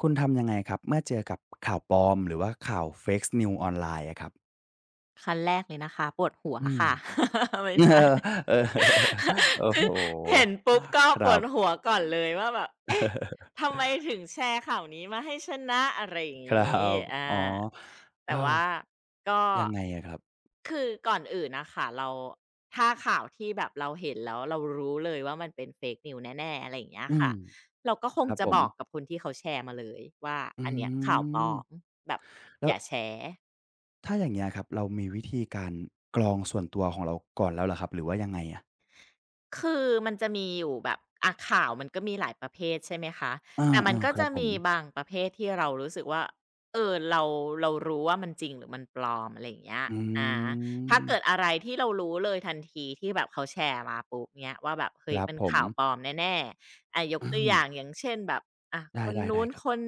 คุณทำยังไงครับเมื่อเจอกับข่าวปลอมหรือว่าข่าว Fake News ออนไลน์อะครับขั้นแรกเลยนะคะปวดหัวอืม ค่ะ ไม่ใช่ เออ โอ้โคือเห็นฮปุ๊บก็คปรัวดบ หัวก่อนเลยว่าแบบเอ๊ะ ทำไมถึงแชร์ข่าวนี้มาให้ชนะอะไรอย่างครังี้บอาอ๋อเอแต่อว่าก็ยังไงอะครับคือก่อนอื่นนะคะเราถ้าข่าวที่แบบเราเห็นแล้วเรารู้เลยว่ามันเป็นเฟก e n ว s แน่ๆอะไรอย่างเงี้ยอืมค่ะเราก็คคงรับจะผมบอกกับคนที่เขาแชร์มาเลยว่าอือันเนี้ยข่าวปลมอมแบบแล้อวย่าแชร์ ถ้าอย่างเงี้ยครับเรามีวิธีการกรองส่วนตัวของเราก่อนแล้วเหรอครับหรือว่ายังไงอะคือมันจะมีอยู่แบบอะข่าวมันก็มีหลายประเภทใช่ไหมคะอแต่มันาก็ๆครับจะผมมีบางประเภทที่เรารู้สึกว่าเออเรารู้ว่ามันจริงหรือมันปลอมอะไรอย่างเงี้ยอือาถ้าเกิดมอะไรที่เรารู้เลยทันทีที่แบบเขาแชร์มาปุ๊บเนี้ยว่าแบบคเฮ้ยรับมันผมข่าวปลอมแน่ๆอายกอืตัวมอย่างอย่างเช่นแบบอะคนได้นู้ๆนๆครับคน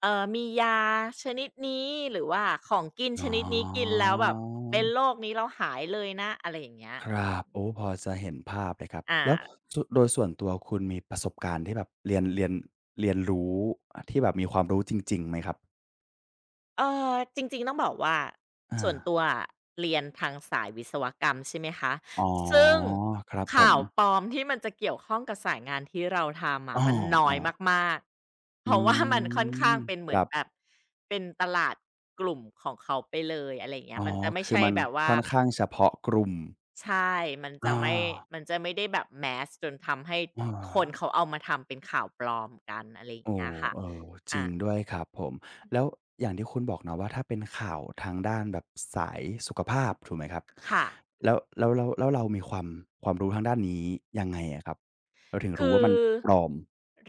มียาชนิดนี้หรือว่าของกินชอ๋อ นิดนี้กินแล้วแบบเป็นโรคนี้แล้วหายเลยนะอะไรอย่างเงี้ยคอรัมบโอ้พอจะเห็นภาพเลยครับอา แล้วสโดยส่วนตัวคุณมีประสบการณ์ที่แบบเรียนเรียนรู้อาที่แบบมีความรู้จริงๆไหมครับเออจริงๆต้องบอกว่าอาส่วนตัวอะเรียนทางสายวิศวกรรมใช่ไหมคะอ๋อซึ่งครับผข่าวปมลอมที่มันจะเกี่ยวข้องกับสายงานที่เราทำอะอ้อมันน้อยๆมากๆเพราะว่าอืมันค่อนข้างมเป็นเหคมือนรับแบบเป็นตลาดกลุ่มของเขาไปเลยอะไรอย่างเงี้ยอ๋อมันจะไม่คือใช่มันแบบว่าค่อนข้างเฉพาะกลุ่มใช่มันจะอาไม่มันจะไม่ได้แบบ mass จนทำให้เออ คนเขาเอามาทำเป็นข่าวปลอมกันอะไรอย่างโอ้เงี้ยค่ะเออจริอางด้วยครับผมแล้วอย่างที่คุณบอกเนาะว่าถ้าเป็นข่าวทางด้านแบบสายสุขภาพถูกไหมครับค่ะ แล้วเรามีความความรู้ทางด้านนี้ยังไงอะครับเราถึงรู้คือว่ามันปลอม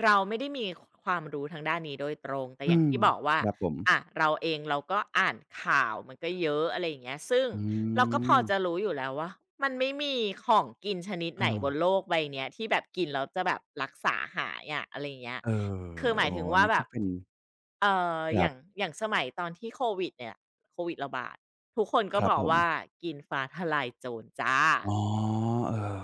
เราไม่ได้มีความรู้ทางด้านนี้โดยตรงแต่ออืย่างมที่บอกว่าครับผมอะเราเองเราก็อ่านข่าวมันก็เยอะอะไรอย่างเงี้ยซึ่งอืเราก็พอมจะรู้อยู่แล้วว่ามันไม่มีของกินชนิดอ้าไหนบนโลกใบเนี้ยที่แบบกินแล้วจะแบบรักษาหายอะอะไรอย่างเงี้ยเออคือหโอ้มายถึงอันว่านี้แบก็บเป็นเอ่คอรับย่างสมัยตอนที่โควิดเนี่ยโควิดระบาดทุกคนคก็รับบอผกมว่ากินฟ้าทะลายโจรจ้ะ อ๋อเออ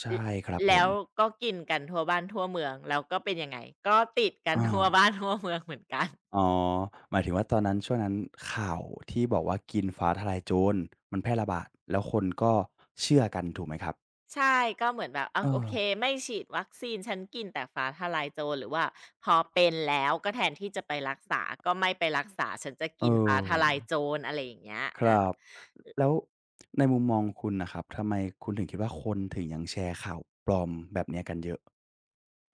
ใช่ครับผแล้มวก็กินกันทั่วบ้านทั่วเมืองแล้วก็เป็นยังไงก็ติดกัน อา ทั่วบ้านทั่วเมืองเหมือนกันอ๋อหมายถึงว่าตอนนั้นช่วงนั้นข่าวที่บอกว่ากินฟ้าทะลายโจรมันแพร่ระบาดแล้วคนก็เชื่อกันถูกไหมครับใช่ก็เหมือนแบบอาเอโออเคไม่ฉีดวัคซีนฉันกินแต่ฟ้าทะลายโจรหรือว่าพอเป็นแล้วก็แทนที่จะไปรักษาก็ไม่ไปรักษาฉันจะเออกินฟ้าทะลายโจรอะไรอย่างเงี้ยคอา รับแล้วในมุมมองคุณน่ะครับทำไมคุณถึงคิดว่าคนถึงยังแชร์ข่าวปลอมแบบเนี้ยกันเยอะ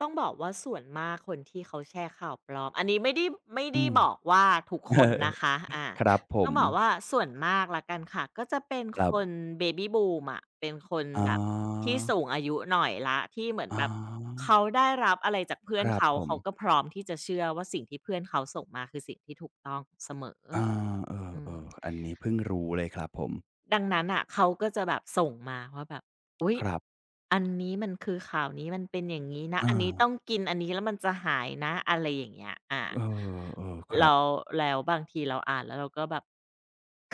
ต้องบอกว่าส่วนมากคนที่เขาแชร์ข่าวปลอมอันนี้ไม่ได้ไม่อืได้ม บอกว่าทุก เอคนอนะคะอาๆครับผต้อมงบอกว่าส่วนมากละกันค่ะก็จะเป็นครัคนบเบบี้บูมอะเป็นคนอ๋อแบบที่สูงอายุหน่อยละที่เหมือนอ๋แบบอเขาได้รับอะไรจากเพื่คอนรับเขาผมเขาก็พร้อมที่จะเชื่อว่าสิ่งที่เพื่อนเขาส่งมาคือสิ่งที่ถูกต้องเสมออาเออืม อๆอันนี้เพิ่งรู้เลยครับผมดังนั้นอ่ะเขาก็จะแบบส่งมาว่าแบบอุ๊ยครับอันนี้มันคือข่าวนี้มันเป็นอย่างนี้นะอาอันนี้ต้องกินอันนี้แล้วมันจะหายนะอะไรอย่างเงี้ยอาเออๆครับแล้แล้วบางทีเราอ่านแล้วเราก็แบบ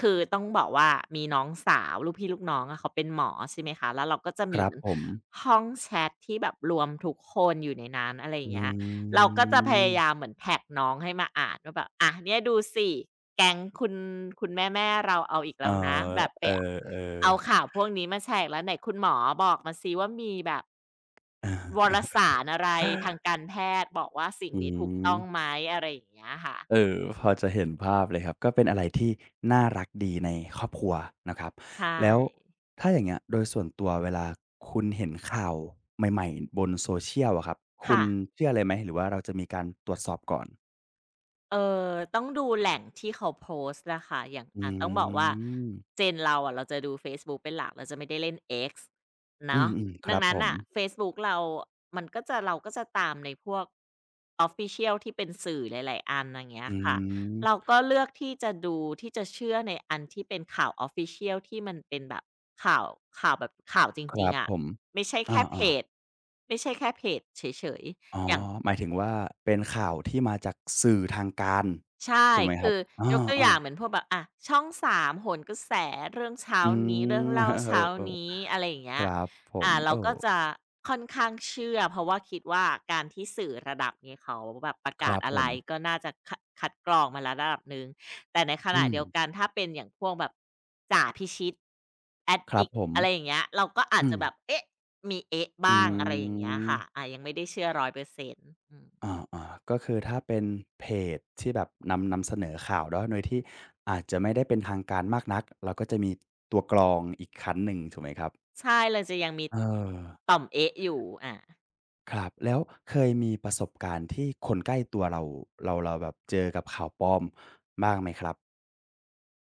คือต้องบอกว่ามีน้องสาวลูกพี่ลูกน้องอะเขาเป็นหมอใช่ไหมคะแล้วเราก็จะคมีรัเหบมือนผม ห้องแชตที่แบบรวมทุกคนอยู่ในนั้นอะไรอย่างอืเงี้ย เราก็จะพยายามมเหมือนแท็กน้องให้มาอ่านว่าแบบอ่ะเนี่ยดูสิแก๊งคุณแม่ๆเราเอาอีกเออแล้วนะแบบไปเออเเอาข่าอวพวกนี้มาแฉกแล้วไหนคุณหมอบอกมาซิว่ามีแบบอ วาร สารอะไรทางการแพทย์บอกว่าสิ่งอืนี้ถูกต้มองไหมอะไรอย่างเงี้ยค่ะเออพอจะเห็นภาพเลยครับก็เป็นอะไรที่น่ารักดีในครอบครัวนะครับใช่แล้วถ้าอย่างเงี้ยโดยส่วนตัวเวลาคุณเห็นข่าวใหม่ๆบน Social อะครับคุณค่ะ เชื่อเลยไหมหรือว่าเราจะมีการตรวจสอบก่อนเอ่ต้องดูแหล่งที่เขาโพสต์นะคะอย่างอือ่าต้องบอกว่ามเจนเราอะเราจะดูเฟซบุ๊กเป็นหลักเราจะไม่ได้เล่น X อืเนาะมๆคดัรังบผนั้นมน่ะเฟซบุ๊กเรามันก็จะเราก็จะตามในพวก official ที่เป็นสื่อหลายๆอันอย่างเงี้ยอืค่ะเรามก็เลือกที่จะดูที่จะเชื่อในอันที่เป็นข่าว official ที่มันเป็นแบบข่าวข่าวจคริรังบๆอะผมไม่ใช่อแค่เพาจๆ ไม่ใช่แค่เพจเฉยอ๋อๆอย่าง หมายถึงว่าเป็นข่าวที่มาจากสื่อทางการใช่ถูกไหมครัคืบออยกตัวอาย่างๆเหมือนพวกแบบอะช่อง3โหนกระแสเรื่องเช้าอืนี้เรื่องม เล่าเช้า เออนี้อะไรอย่างๆคเงี้ยรับผมอ่าเอเราอก็จะค่อนข้างเชื่อเพราะว่าคิดว่าการที่สื่อระดับนี้เขาแบบประคการัศบอะผไรมก็น่าจะคัดกรองมาแล้วระดับหนึ่งแต่ในขอืณะมเดียวกันถ้าเป็นอย่างพวกแบบจ่าพิชิต Addict อคดรัดิบกผต์มอะไรอย่างเงี้ยเราก็อาจอืจะมแบบเอ๊ะมีเอ๊ะอืบ้างอะไรอย่างเงี้ยค่ะมอายังไม่ได้เชื่อ100%อยเปอร์เซ็นต์อือม าๆก็คือถ้าเป็นเพจที่แบบนำเสนอข่าวเนาะโดยที่อาจจะไม่ได้เป็นทางการมากนักเราก็จะมีตัวกรองอีกชั้นหนึ่งถูกไหมครับใช่เราจะยังมีเออ ต่อมเอ๊ะอยู่อาครับแล้วเคยมีประสบการณ์ที่คนใกล้ตัวเราเราแบบเจอกับข่าวปลอมบ้างไหมครับ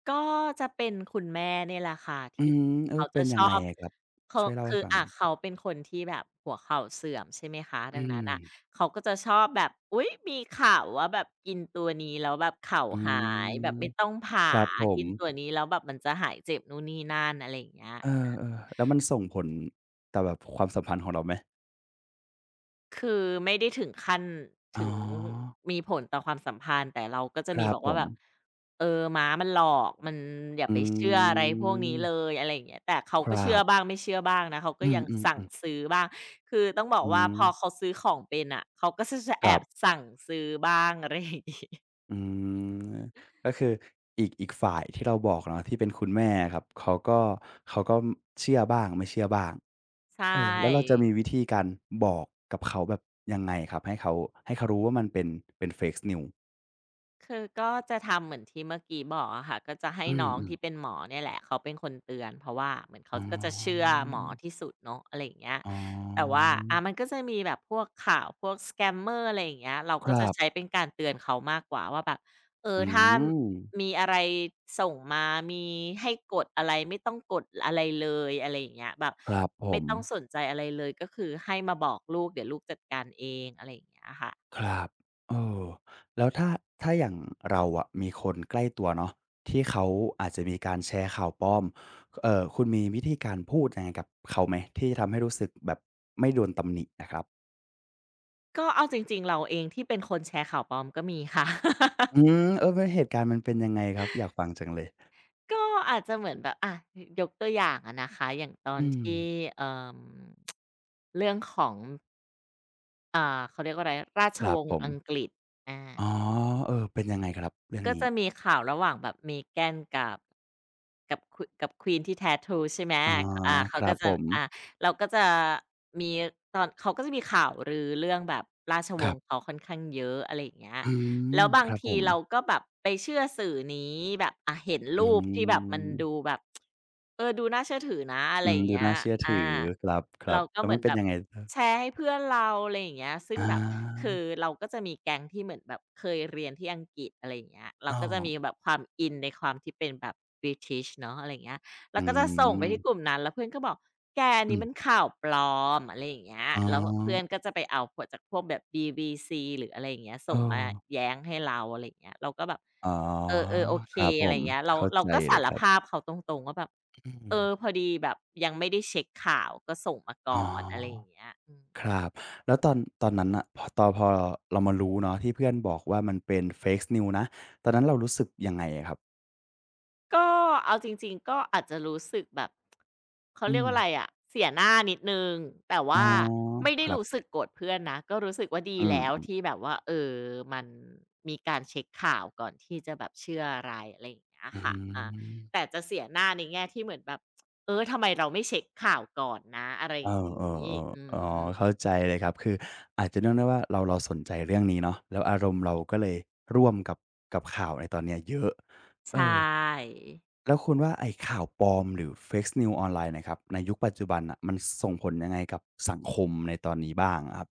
ก็จะเป็นคุณแม่เนี่ยแหละค่ะอืที่มเออเขาเป็จะนยัชงไงอบอะครับเขาช่วยเล่าให้คือฟังหอาน่อยเขาเป็นคนที่แบบหัวเข่าเสื่อมใช่ไหมคะอืดังนั้นมน่ะเขาก็จะชอบแบบอุ๊ยมีข่าวว่าแบบกินตัวนี้แล้วแบบเข่าอืหายแบบมไม่ต้องผ่าครับผกิมนตัวนี้แล้วแบบมันจะหายเจ็บนู่นนี่นั่นอะไรอย่างเงี้ย เออๆแล้วมันส่งผลต่อแบบความสัมพันธ์ของเราไหมคือไม่ได้ถึงขั้นอ๋ถึงอมีผลต่อความสัมพันธ์แต่เราก็จะคมีรับบอกผว่ามแบบเออม้ามันหลอกมันอย่าอืไปเชื่ออะไรพวกนี้มเลยอะไรอย่างเงี้ยแต่เขาคก็รัเชื่อบบ้างไม่เชื่อบ้างนะเขาก็อืยังมสั่งๆๆซื้อบ้างคือต้องบออืกว่าพอเขามซื้อของเป็นอ่ะเขาก็จะคแอรับบ สั่งซื้อบ้างอะไรอย่างงี้ อืมก็คืออีกฝ่ายที่เราบอกเนาะที่เป็นคุณแม่อะครับเขาก็เชื่อบ้างไม่เชื่อบ้างใช่ เออแล้วเราจะมีวิธีการบอกกับเขาแบบยังไงครับให้เขาให้เขารู้ว่ามันเป็นเป็น Fake News คือก็จะทำเหมือนที่เมื่อกี้บอกอะค่ะก็จะให้อืน้องมที่เป็นๆหมอเนี่ยแหละเขาเป็นคนเตือนเพราะว่าเหมือนอ๋เขาก็จะเชื่ออหมอที่สุดเนาะอะไรอย่างเงี้ยอ๋แต่อว่าอามันก็จะมีแบบพวกข่าวพวก scammer อะไรอย่างเงี้ยเราคก็รัจะใช้บเป็นการเตือนเขามากกว่าว่าแบบเอออืถ้ามมีอะไรส่งมามีให้กดอะไรไม่ต้องกดอะไรเลยอะไรอย่างเงี้ยแบบครับผไม่ม ต้องสนใจอะไรเลยก็คือให้มาบอกลูกเดี๋ยวลูกจัดการเองอะไรอย่างเงี้ยค่ะ ครับเออแล้วถ้าถ้าอย่างเราอะมีคนใกล้ตัวเนาะที่เขาอาจจะมีการแชร์ข่าวปลอมเอ่อคุณมีวิธีการพูดยังไงกับเขาไหมที่ทำให้รู้สึกแบบไม่โดนตำหนิอะครับก็เอาจริงๆเราเองที่เป็นคนแชร์ข่าวปลอมก็มีค่ะ อืมเออมันเหตุการณ์มันเป็นยังไงครับอยากฟังจังเลยก็อาจจะเหมือนแบบอะยกตัวอย่างอะนะคะอย่างตอนอืมที่เอ่มเรื่องของอ่าเขาเรียกว่าอะไรราชครัวบงผศ์มอังกฤษอาอ๋อเออเป็นยังไงครับเรื่องก็นี้จะมีข่าวระหว่างแบบเมแกนกับกับควีนที่แท้ทูใช่ไหมอ๋ออ่าคเขารัก็บผจะมอ่าเราก็จะมีตอนเขาก็จะมีข่าวรือเรื่องแบบราชวครังศ์บเขาค่อนข้างเยอะอะไรอย่างเงี้ย อืมแล้วบาคงรับผทีมเราก็แบบไปเชื่อสื่อนี้แบบเห็นอืรูปที่แบบมันมดูแบบเออดูน่าเชื่อถือนะอะไรอือมย่างดูเงี้ยน่าเชื่ออาถือครับเราๆก็แล้วเหมัมืนอนเป็นแบบยังไงครับแชร์ให้เพื่อนเราอะไรอย่างเงี้ยซึ่อา งแบบคือเราก็จะมีแก๊งที่เหมือนแบบเคยเรียนที่อังกฤษอะไรอย่างเงี้ยเราอ้าก็จะวมีแบบความอินในความที่เป็นแบบ British เนาะอะไรอย่างเงี้ย แล้อืวก็จะส่งไปมที่กลุ่มนั้นแล้วเพื่อนก็บอกแกอันอืนี้มมันข่าวปลอมอะไรอย่างเงี้ยอ๋อแล้วเพื่อนก็จะไปเอาพวกจากพวกแบบ BBC หรืออะไรอย่างเงี้ยเออส่งมาแย้งให้เราอะไรอย่างเงี้ยเราก็แบบอ๋อเออๆโอเคครับผอะไรม อย่างเงี้ยเราเข้าเราใจก็เลสายรครัภาบพเขาตรงๆว่าแบบอืเออพมอดีแบบยังไม่ได้เช็กข่าวก็ส่งมาอ๋ก่อนอะไรออ ย่างเงี้ยอืคม รับ แล้วตอนนั้นน่ะพอตอนพอเรามารู้เนาะ ที่เพื่อนบอกว่ามันเป็น Fake News นะตอนนั้นเรารู้สึกยังไงอะครับก็เอาจริงๆก็อาจจะรู้สึกแบบเขาอืเรียกมว่าอะไรอะเสียหน้านิดหนึ่งแต่อ๋อว่าไม่คได้รับรู้สึกโกรธเพื่อนนะก็รู้สึกว่าดีอืแล้วมที่แบบว่าเออมันมีการเช็กข่าวก่อนที่จะแบบเชื่ออะไรอะไรอย่างเงี้ยอืค่ะอาแต่มจะเสียหน้าในแง่ที่เหมือนแบบเออทำไมเราไม่เช็กข่าวก่อนนะอะไรอเออย่างงี้ๆอืๆอ๋อมเข้าใจเลยครับ คืออาจจะเนื่องด้วยว่าเราสนใจเรื่องนี้เนาะแล้วอารมณ์เราก็เลยร่วมกับกับข่าวในตอนเนี้ยเยอะใชเออ ่แล้วคุณว่าไอ้ข่าวปลอมหรือ Fake News ออนไลน์เนี่ยครับในยุคปัจจุบันน่ะมันส่งผลยังไงกับสังคมในตอนนี้บ้างอะครับ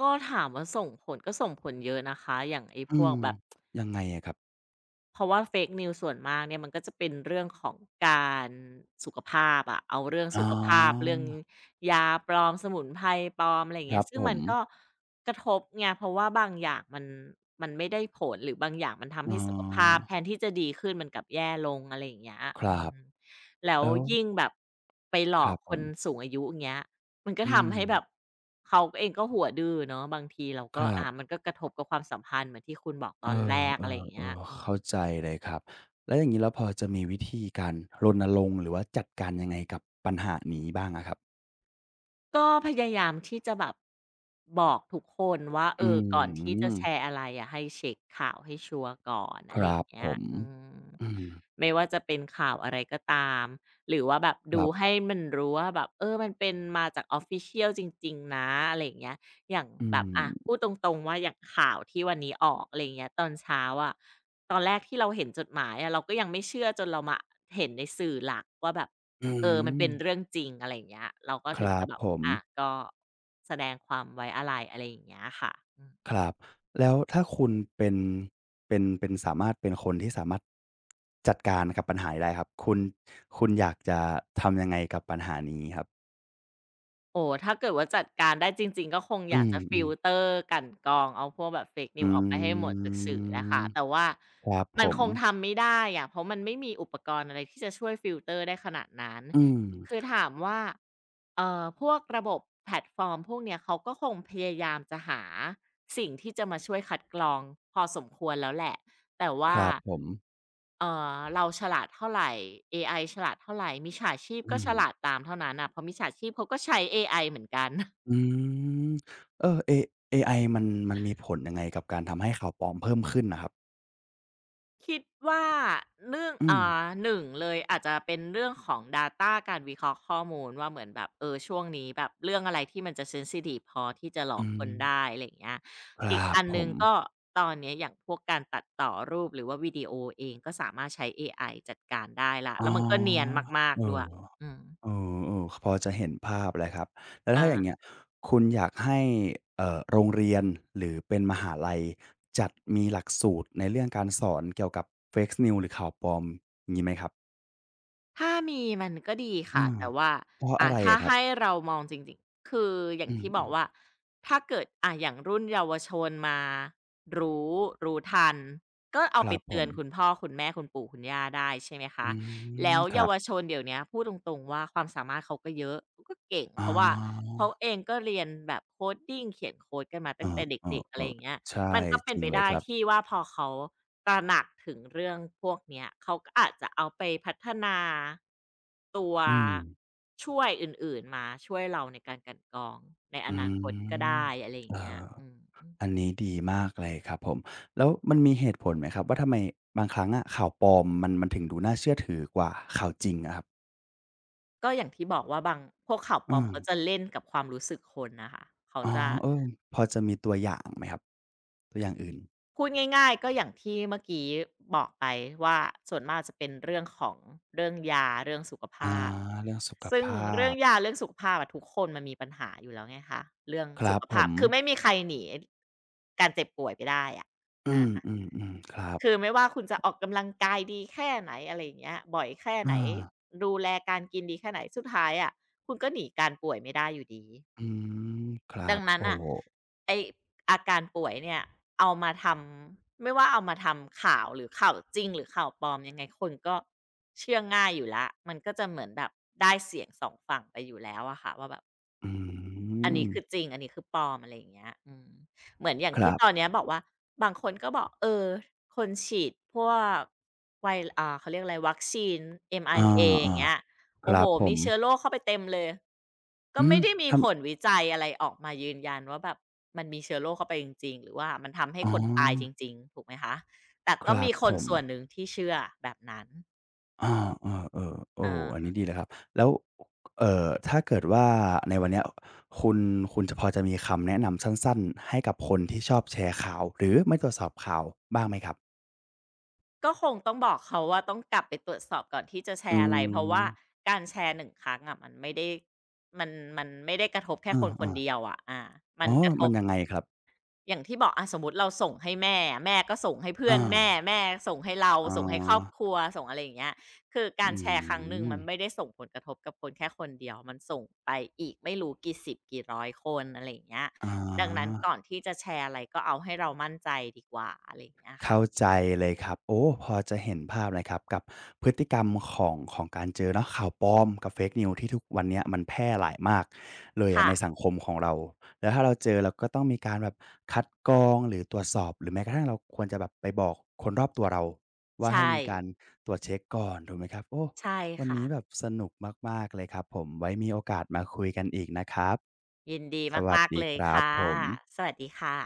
ก็ถามว่าส่งผลก็ส่งผลเยอะนะคะอย่างไอ้พอืวกมแบบ ยังไงอะครับเพราะว่า fake news ส่วนมากเนี่ยมันก็จะเป็นเรื่องของการสุขภาพอะเอาเรื่องอ๋สุอขภาพเรื่องยาปลอมสมุนไพรปลอมอะไรอย่าคงเงี้รัยบซึ่ผงมัมนก็กระทบไงเพราะว่าบางอย่างมันไม่ได้ผลหรือบางอย่างมันทำอ๋อให้สุขภาพแทนที่จะดีขึ้นมันกลับแย่ลงอะไรอย่างเงี้ยคอืรับมแล้วแล้วยิ่งแบบไปหลคอรักบผคมนสูงอายุอย่างเงี้ยมันก็อืมทำให้แบบเขาเองก็หัวดื้อเนาะบางทีเราคก็รัมับนก็กระทบกับความสัมพันธ์เหมือนที่คุณบอกตเออนแรกอะไรอย่างเงี้ยอๆอืๆม เข้าใจเลยครับแล้วอย่างงี้แล้วพอจะมีวิธีการรณรงค์หรือว่าจัดการยังไงกับปัญหานี้บ้างอะครับก็พยายามที่จะแบบบอกทุกคนว่าเออือก่อนที่จะมแชร์อะไรอะให้เช็กข่าวให้ชัวร์ก่อนคอะไรอรับย่างผเงี้ยมอืมอืมไม่ว่าจะเป็นข่าวอะไรก็ตามหรือว่าแบบคดูรับให้มันรู้ว่าแบบเออมันเป็นมาจาก Official จริงๆนะอะไรอย่างเงี้ยอย่างอืแบบอะมพูดตรงๆว่าอย่างข่าวที่วันนี้ออกอะไรอย่างเงี้ยตอนเช้าอะตอนแรกที่เราเห็นจดหมายอะเราก็ยังไม่เชื่อจนเรามาเห็นในสื่อหลักว่าแบบ อืเออมันเป็นเรื่ม องจริงอะไรอย่างเงี้ยเราก็คถึงรัจะบแบบผมก็แสดงความไว้อาลัยอะไรอย่างเงี้ยค่ะอืมครับแล้วถ้าคุณเป็นเป็นสามารถเป็นคนที่สามารถจัดการกับปัญหานี้ได้ครับคุณอยากจะทำยังไงกับปัญหานี้ครับโอ้โฮถ้าเกิดว่าจัดการได้จริงๆก็คงอือยากจะฟิลมๆเตอร์กลั่นกรองเอาพวกแบบ Fake อื News ออกไปให้หมดจากสื่อแหละมค่ะแต่ว่าครับผมันมคงทำไม่ได้อะเพราะมันไม่มีอุปกรณ์อะไรที่จะช่วยฟิลเตอร์ได้ขนาดนั้นอืมคือถามว่าพวกระบบแพลตฟอร์มพวกเนี้ยเขาก็คงพยายามจะหาสิ่งที่จะมาช่วยคัดกรองพอสมควรแล้วแหละแต่คว่า รับผมเอ่เราฉลาดเท่าไหรเอไอฉลาดเท่าไหร่มิจฉาชีพอืก็ฉมลาดตามเท่านั้นน่ะเพราะมิจฉาชีพเขาก็ใช้เอไอเหมือนกัน อืมเออเอเอไอมันมีผลยังไงกับการทำให้ข่าวปลอมเพิ่มขึ้นน่ะครับคิดว่าเรื่องอืม1เลยอาจจะเป็นเรื่องของด a ต้าการวิเคราะห์ข้อมูลว่าเหมือนแบบเออช่วงนี้แบบเรื่องอะไรที่มันจะเซนซิทีฟพอที่จะหลออืกคมนได้อะไรอย่างเงี้ยคอีกรับอันผหนึ่งมก็ตอนเนี้ยอย่างพวกการตัดต่อรูปหรือว่าวิดีโอเองก็สามารถใช้เอไอจัดการได้ละอ๋แล้วมันก็เนียนอมากเอๆด้วอ ยอืมเออๆพอจะเห็นภาพเลยครับ แล้วถ้าอา อย่างเงี้ยคุณอยากให้เอ่อโรงเรียนหรือเป็นมหาลัยจัดมีหลักสูตรในเรื่องการสอนเกี่ยวกับ Fake News หรือข่าวปลอมงี้ไหมครับถ้ามีมันก็ดีเอค่ะอแต่ว่าเพราะอะไรถ้าอะครับให้เรามองจริงๆคืออย่าอืงที่บอมกว่าถ้าเกิดอย่างรุ่นเยาวชนมารู้รู้ทันก็ๆคเอาไปรับผเตือมนคุณพ่อคุณแม่คุณปู่คุณย่าได้ใช่ไหมคะอืแล้มวคเยารับวชนเดี๋ยวเนี้ยพูดตรงๆว่าความสามารถเขาก็เยอะเขาก็เก่งอ๋เพราะว่าอเขาเองก็เรียนแบบ coding เขียนโคดกันมาเอตั้งแต่เด็กๆอะไรออย่างๆเงี้ย ๆใช่มันก็จเป็นริงไปเลยได้ครับ ที่ว่าพอเขาตระหนักถึงเรื่องพวกเนี้ยเขาก็อาจจะเอาไปพัฒนาตัวอืมช่วยอื่นๆมาช่วยเราในการกลั่นกรองในออืนาคตก็มได้อะไรอย่าเองเงี้ยอ อืมอันนี้ดีมากเลยครับผมแล้วมันมีเหตุผลไหมครับว่าทำไมบางครั้งอะข่าวปลอมมันถึงดูน่าเชื่อถือกว่าข่าวจริงอะครับก็อย่างที่บอกว่าบางพวกข่าวปเอลอมมเขาจะเล่นกับความรู้สึกคนน่ะค่ะเขาอ๋อจะ เออพอจะมีตัวอย่างไหมครับตัวอย่างอื่นพูดง่ายๆก็อย่างที่เมื่อกี้บอกไปว่าส่วนมากจะเป็นเรื่องของเรื่องยาเรื่องสุขภอาาพเรื่องสุขซึ่ภงาเรื่องพยาเรื่องสุขภาพอะทุกคนมันมีปัญหาอยู่แล้วไงคะเรื่องคสุรับขผภาพมคือไม่มีใครหนีการเจ็บป่วยไปได้อะอืมอาๆๆครับคือไม่ว่าคุณจะออกกำลังกายดีแค่ไหนอะไรอย่างเงี้ยบ่อยแค่ไหนอาดูแลการกินดีแค่ไหนสุดท้ายอะคุณก็หนีการป่วยไม่ได้อยู่ดี อืมครัดังบนั้นโอ้อ่ะโฮไออาการป่วยเนี่ยเอามาทำไม่ว่าเอามาทำข่าวหรือข่าวจริงหรือข่าวปลอมยังไงคนก็เชื่อง่ายอยู่แล้วมันก็จะเหมือนแบบได้เสียงสองฝั่งไปอยู่แล้วอะค่ะว่าแบบ อือันมนี้คือจริงอันนี้คือปลอมอะไรอย่างเงี้ยอืมเหมือนอย่างครัที่ตอนบเนี้ยบอกว่าบางคนก็บอกเออคนฉีดพวกไวเขาเรียกอะไรวัคซีน อา mRNA อย่างเงี้ยๆคโอ้รัโฮบผมมีเชื้อโรคเข้าไปเต็มเลยก็อืมไม่ได้มีทผลวิจัยอะไรออกมายืนยันว่าแบบมันมีเชื้อโรคเข้าไปจริงๆหรือว่ามันทำำให้อ๋อคนตายจริงๆถูกไหมคะแต่คก็รัมีบคผนม ส่วนหนึ่งที่เชื่อแบบนั้นอาเออๆเโอ้อันนี้ออ ดีเลยครับ แล้วถ้าเกิดว่าในวันเนี้ยคุณคุณจะพอจะมีคำแนะนำสั้นๆ ให้กับคนที่ชอบแชร์ข่าวหรือไม่ตรวจสอบข่าวบ้างไหมครับ ก็คงต้องบอกเขาว่าต้องกลับไปตรวจสอบก่อนที่จะแชอืร์อะไรเพราะมว่าการแชร์หนึ่งครั้งอะมันไม่ได้มันมันไม่ได้กระทบแค่อคนคานๆเดียวอะอามัอ๋นอกระทมันบยังไงครับอย่างที่บอกอาสมมุติเราส่งให้แม่แม่ก็ส่งให้เพื่ออานแม่ส่งให้เราอ๋อส่งให้ครอบครัวส่งอะไรอย่างเงี้ยคืออืการแชร์ครั้งหนึ่งมมันไม่ได้ส่งผลกระทบกับคนแค่คนเดียวมันส่งไปอีกไม่รู้กี่สิบกี่ร้อยคนอะไรอย่างเงี้ยอ๋อ ดังนั้นก่อนที่จะแชร์อะไรก็เอาให้เรามั่นใจดีกว่าอะไรอย่างเงี้ยค่ะเข้าใจเลยครับโอ้พอจะเห็นภาพเลยครับกับพฤติกรรมของของการเจอเนาะข่าวปลอมกับ Fake News ที่ทุกวันเนี้ยมันแพร่หลายมากเลยอะค่ะในสังคมของเราแล้วถ้าเราเจอเราก็ต้องมีการแบบคัดกรองหรือตรวจสอบหรือแม้กระทั่งเราควรจะแบบไปบอกคนรอบตัวเราว่าให้ใช่ มีการตรวจเช็กก่อนถูกไหมครับโอ้ใช่วันค่ะนี้แบบสนุกมากๆเลยครับผมไว้มีโอกาสมาคุยกันอีกนะครับยินดีสวัสมากดีๆเลคยรับค่ะผมสวัสดีค่ะ